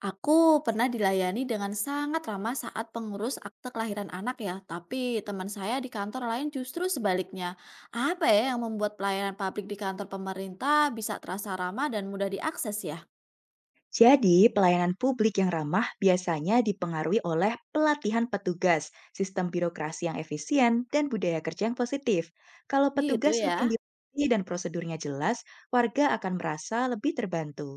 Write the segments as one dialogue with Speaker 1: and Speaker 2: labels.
Speaker 1: Aku pernah dilayani dengan sangat ramah saat pengurus akte kelahiran anak ya, tapi teman saya di kantor lain justru sebaliknya. Apa ya yang membuat pelayanan publik di kantor pemerintah bisa terasa ramah dan mudah diakses ya?
Speaker 2: Jadi, pelayanan publik yang ramah biasanya dipengaruhi oleh pelatihan petugas, sistem birokrasi yang efisien, dan budaya kerja yang positif. Kalau
Speaker 1: Gitu
Speaker 2: petugas
Speaker 1: ya.
Speaker 2: rutin dilatih dan prosedurnya jelas, warga akan merasa lebih terbantu.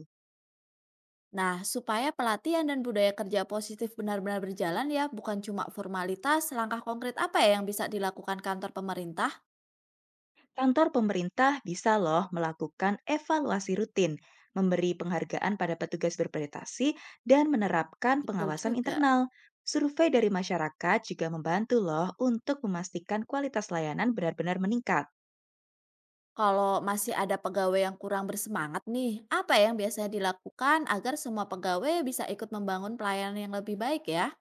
Speaker 1: Nah, supaya pelatihan dan budaya kerja positif benar-benar berjalan ya, bukan cuma formalitas, langkah konkret apa ya yang bisa dilakukan kantor pemerintah?
Speaker 2: Kantor pemerintah bisa loh melakukan evaluasi rutin, memberi penghargaan pada petugas berprestasi, dan menerapkan
Speaker 1: Betul
Speaker 2: pengawasan
Speaker 1: juga.
Speaker 2: internal. Survei dari masyarakat juga membantu loh untuk memastikan kualitas layanan benar-benar meningkat.
Speaker 1: Kalau masih ada pegawai yang kurang bersemangat nih, apa yang biasanya dilakukan agar semua pegawai bisa ikut membangun pelayanan yang lebih baik ya?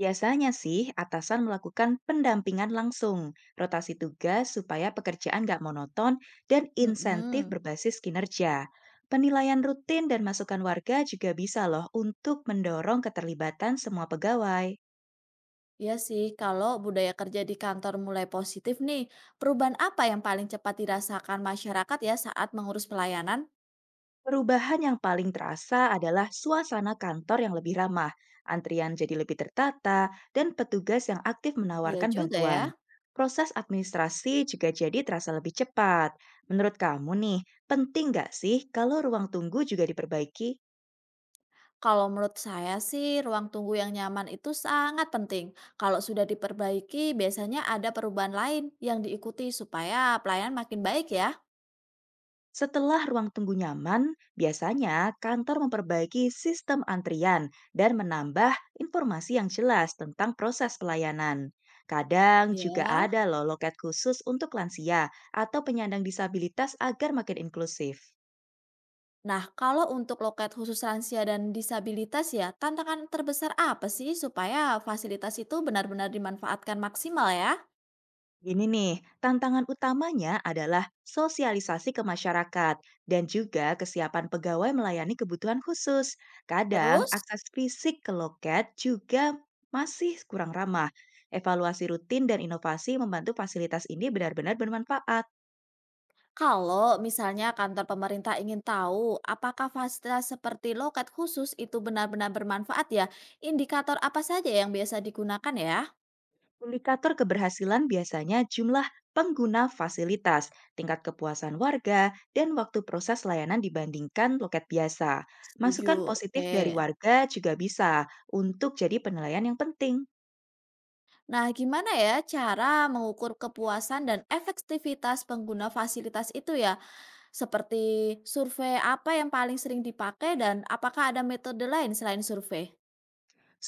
Speaker 2: Biasanya sih, atasan melakukan pendampingan langsung, rotasi tugas supaya pekerjaan nggak monoton, dan insentif
Speaker 1: mm
Speaker 2: berbasis kinerja. Penilaian rutin dan masukan warga juga bisa loh untuk mendorong keterlibatan semua pegawai.
Speaker 1: Ya sih, kalau budaya kerja di kantor mulai positif nih, perubahan apa yang paling cepat dirasakan masyarakat ya saat mengurus pelayanan?
Speaker 2: Perubahan yang paling terasa adalah suasana kantor yang lebih ramah, antrian jadi lebih tertata, dan petugas yang aktif
Speaker 1: Iya
Speaker 2: menawarkan
Speaker 1: juga ya.
Speaker 2: bantuan. Proses administrasi juga jadi terasa lebih cepat. Menurut kamu nih, penting nggak sih kalau ruang tunggu juga diperbaiki?
Speaker 1: Kalau menurut saya sih, ruang tunggu yang nyaman itu sangat penting. Kalau sudah diperbaiki, biasanya ada perubahan lain yang diikuti supaya pelayanan makin baik ya.
Speaker 2: Setelah ruang tunggu nyaman, biasanya kantor memperbaiki sistem antrian dan menambah informasi yang jelas tentang proses pelayanan. Kadang juga
Speaker 1: Ya.
Speaker 2: ada loh loket khusus untuk lansia atau penyandang disabilitas agar makin inklusif.
Speaker 1: Nah, kalau untuk loket khusus lansia dan disabilitas ya, tantangan terbesar apa sih supaya fasilitas itu benar-benar dimanfaatkan maksimal ya?
Speaker 2: Gini nih, tantangan utamanya adalah sosialisasi ke masyarakat dan juga kesiapan pegawai melayani kebutuhan khusus. Kadang
Speaker 1: Terus,
Speaker 2: akses fisik ke loket juga masih kurang ramah. Evaluasi rutin dan inovasi membantu fasilitas ini benar-benar bermanfaat.
Speaker 1: kalau misalnya kantor pemerintah ingin tahu apakah fasilitas seperti loket khusus itu benar-benar bermanfaat ya, indikator apa saja yang biasa digunakan ya?
Speaker 2: Indikator keberhasilan biasanya jumlah pengguna fasilitas, tingkat kepuasan warga, dan waktu proses layanan dibandingkan loket biasa. Masukan
Speaker 1: Setuju.
Speaker 2: positif
Speaker 1: Oke.
Speaker 2: dari warga juga bisa untuk jadi penilaian yang penting.
Speaker 1: Nah, gimana ya cara mengukur kepuasan dan efektivitas pengguna fasilitas itu ya? Seperti survei apa yang paling sering dipakai dan apakah ada metode lain selain survei?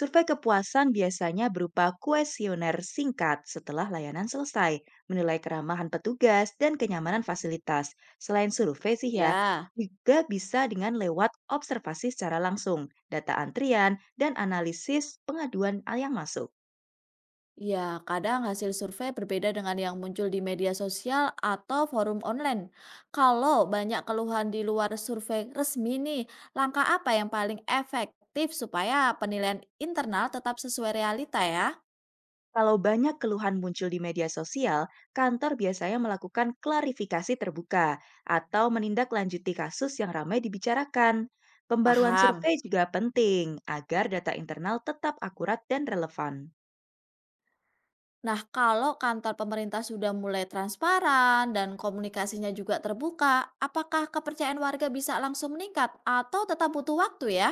Speaker 2: Survei kepuasan biasanya berupa kuesioner singkat setelah layanan selesai, menilai keramahan petugas dan kenyamanan fasilitas. Selain survei sih ya,
Speaker 1: Ya,
Speaker 2: juga bisa dengan lewat observasi secara langsung, data antrian, dan analisis pengaduan yang masuk.
Speaker 1: ya, kadang hasil survei berbeda dengan yang muncul di media sosial atau forum online. Kalau banyak keluhan di luar survei resmi nih, langkah apa yang paling efektif supaya penilaian internal tetap sesuai realita ya?
Speaker 2: Kalau banyak keluhan muncul di media sosial, kantor biasanya melakukan klarifikasi terbuka atau menindaklanjuti kasus yang ramai dibicarakan. Pembaruan
Speaker 1: Paham.
Speaker 2: survei juga penting agar data internal tetap akurat dan relevan.
Speaker 1: Nah, kalau kantor pemerintah sudah mulai transparan dan komunikasinya juga terbuka, apakah kepercayaan warga bisa langsung meningkat atau tetap butuh waktu ya?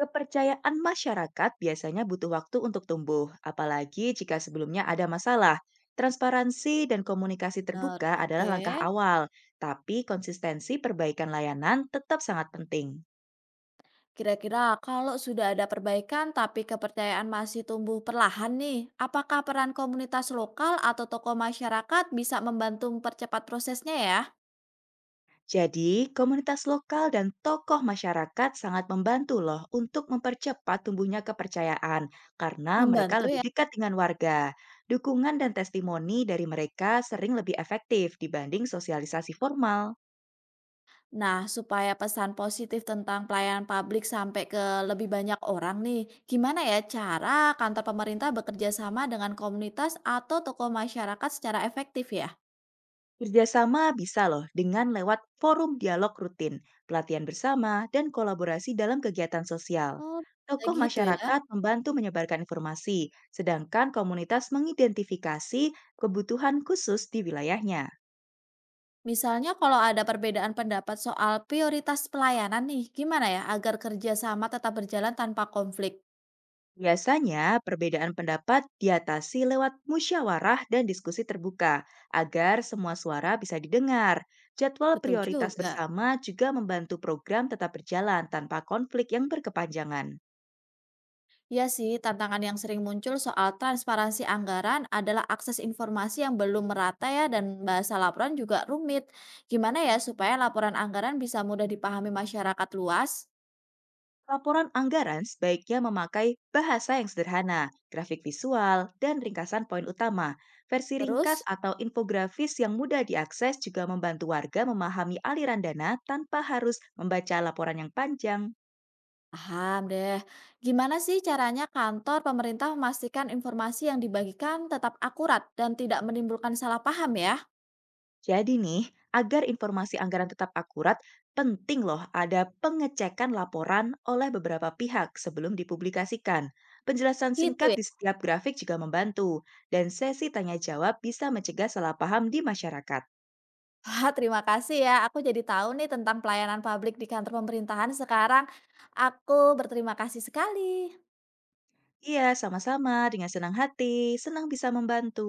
Speaker 2: Kepercayaan masyarakat biasanya butuh waktu untuk tumbuh, apalagi jika sebelumnya ada masalah. Transparansi dan komunikasi
Speaker 1: Benar,
Speaker 2: terbuka adalah
Speaker 1: oke.
Speaker 2: langkah awal, tapi konsistensi perbaikan layanan tetap sangat penting.
Speaker 1: Kira-kira kalau sudah ada perbaikan tapi kepercayaan masih tumbuh perlahan nih, apakah peran komunitas lokal atau tokoh masyarakat bisa membantu mempercepat prosesnya ya?
Speaker 2: Jadi, komunitas lokal dan tokoh masyarakat sangat membantu loh untuk mempercepat tumbuhnya kepercayaan karena mereka
Speaker 1: Membantu
Speaker 2: lebih
Speaker 1: ya?
Speaker 2: dekat dengan warga. Dukungan dan testimoni dari mereka sering lebih efektif dibanding sosialisasi formal.
Speaker 1: Nah, supaya pesan positif tentang pelayanan publik sampai ke lebih banyak orang nih, gimana ya cara kantor pemerintah bekerja sama dengan komunitas atau tokoh masyarakat secara efektif ya?
Speaker 2: Kerjasama bisa loh dengan lewat forum dialog rutin, pelatihan bersama, dan kolaborasi dalam kegiatan sosial.
Speaker 1: Oh, bisa
Speaker 2: Tokoh
Speaker 1: gitu ya.
Speaker 2: masyarakat membantu menyebarkan informasi, sedangkan komunitas mengidentifikasi kebutuhan khusus di wilayahnya.
Speaker 1: Misalnya kalau ada perbedaan pendapat soal prioritas pelayanan nih, gimana ya agar kerjasama tetap berjalan tanpa konflik?
Speaker 2: Biasanya, perbedaan pendapat diatasi lewat musyawarah dan diskusi terbuka agar semua suara bisa didengar. Jadwal
Speaker 1: Betul
Speaker 2: prioritas
Speaker 1: juga.
Speaker 2: bersama juga membantu program tetap berjalan tanpa konflik yang berkepanjangan.
Speaker 1: Iya sih, tantangan yang sering muncul soal transparansi anggaran adalah akses informasi yang belum merata ya dan bahasa laporan juga rumit. Gimana ya supaya laporan anggaran bisa mudah dipahami masyarakat luas?
Speaker 2: Laporan anggaran sebaiknya memakai bahasa yang sederhana, grafik visual, dan ringkasan poin utama. Versi
Speaker 1: Terus,
Speaker 2: ringkas atau infografis yang mudah diakses juga membantu warga memahami aliran dana tanpa harus membaca laporan yang panjang.
Speaker 1: paham deh. Gimana sih caranya kantor pemerintah memastikan informasi yang dibagikan tetap akurat dan tidak menimbulkan salah paham ya?
Speaker 2: Jadi nih, agar informasi anggaran tetap akurat, penting loh ada pengecekan laporan oleh beberapa pihak sebelum dipublikasikan. Penjelasan
Speaker 1: Gitu
Speaker 2: singkat
Speaker 1: ya.
Speaker 2: di setiap grafik juga membantu, dan sesi tanya jawab bisa mencegah salah paham di masyarakat.
Speaker 1: Wah, terima kasih ya. Aku jadi tahu nih tentang pelayanan publik di kantor pemerintahan sekarang. Aku berterima kasih sekali.
Speaker 2: Iya, sama-sama. Dengan senang hati, senang bisa membantu.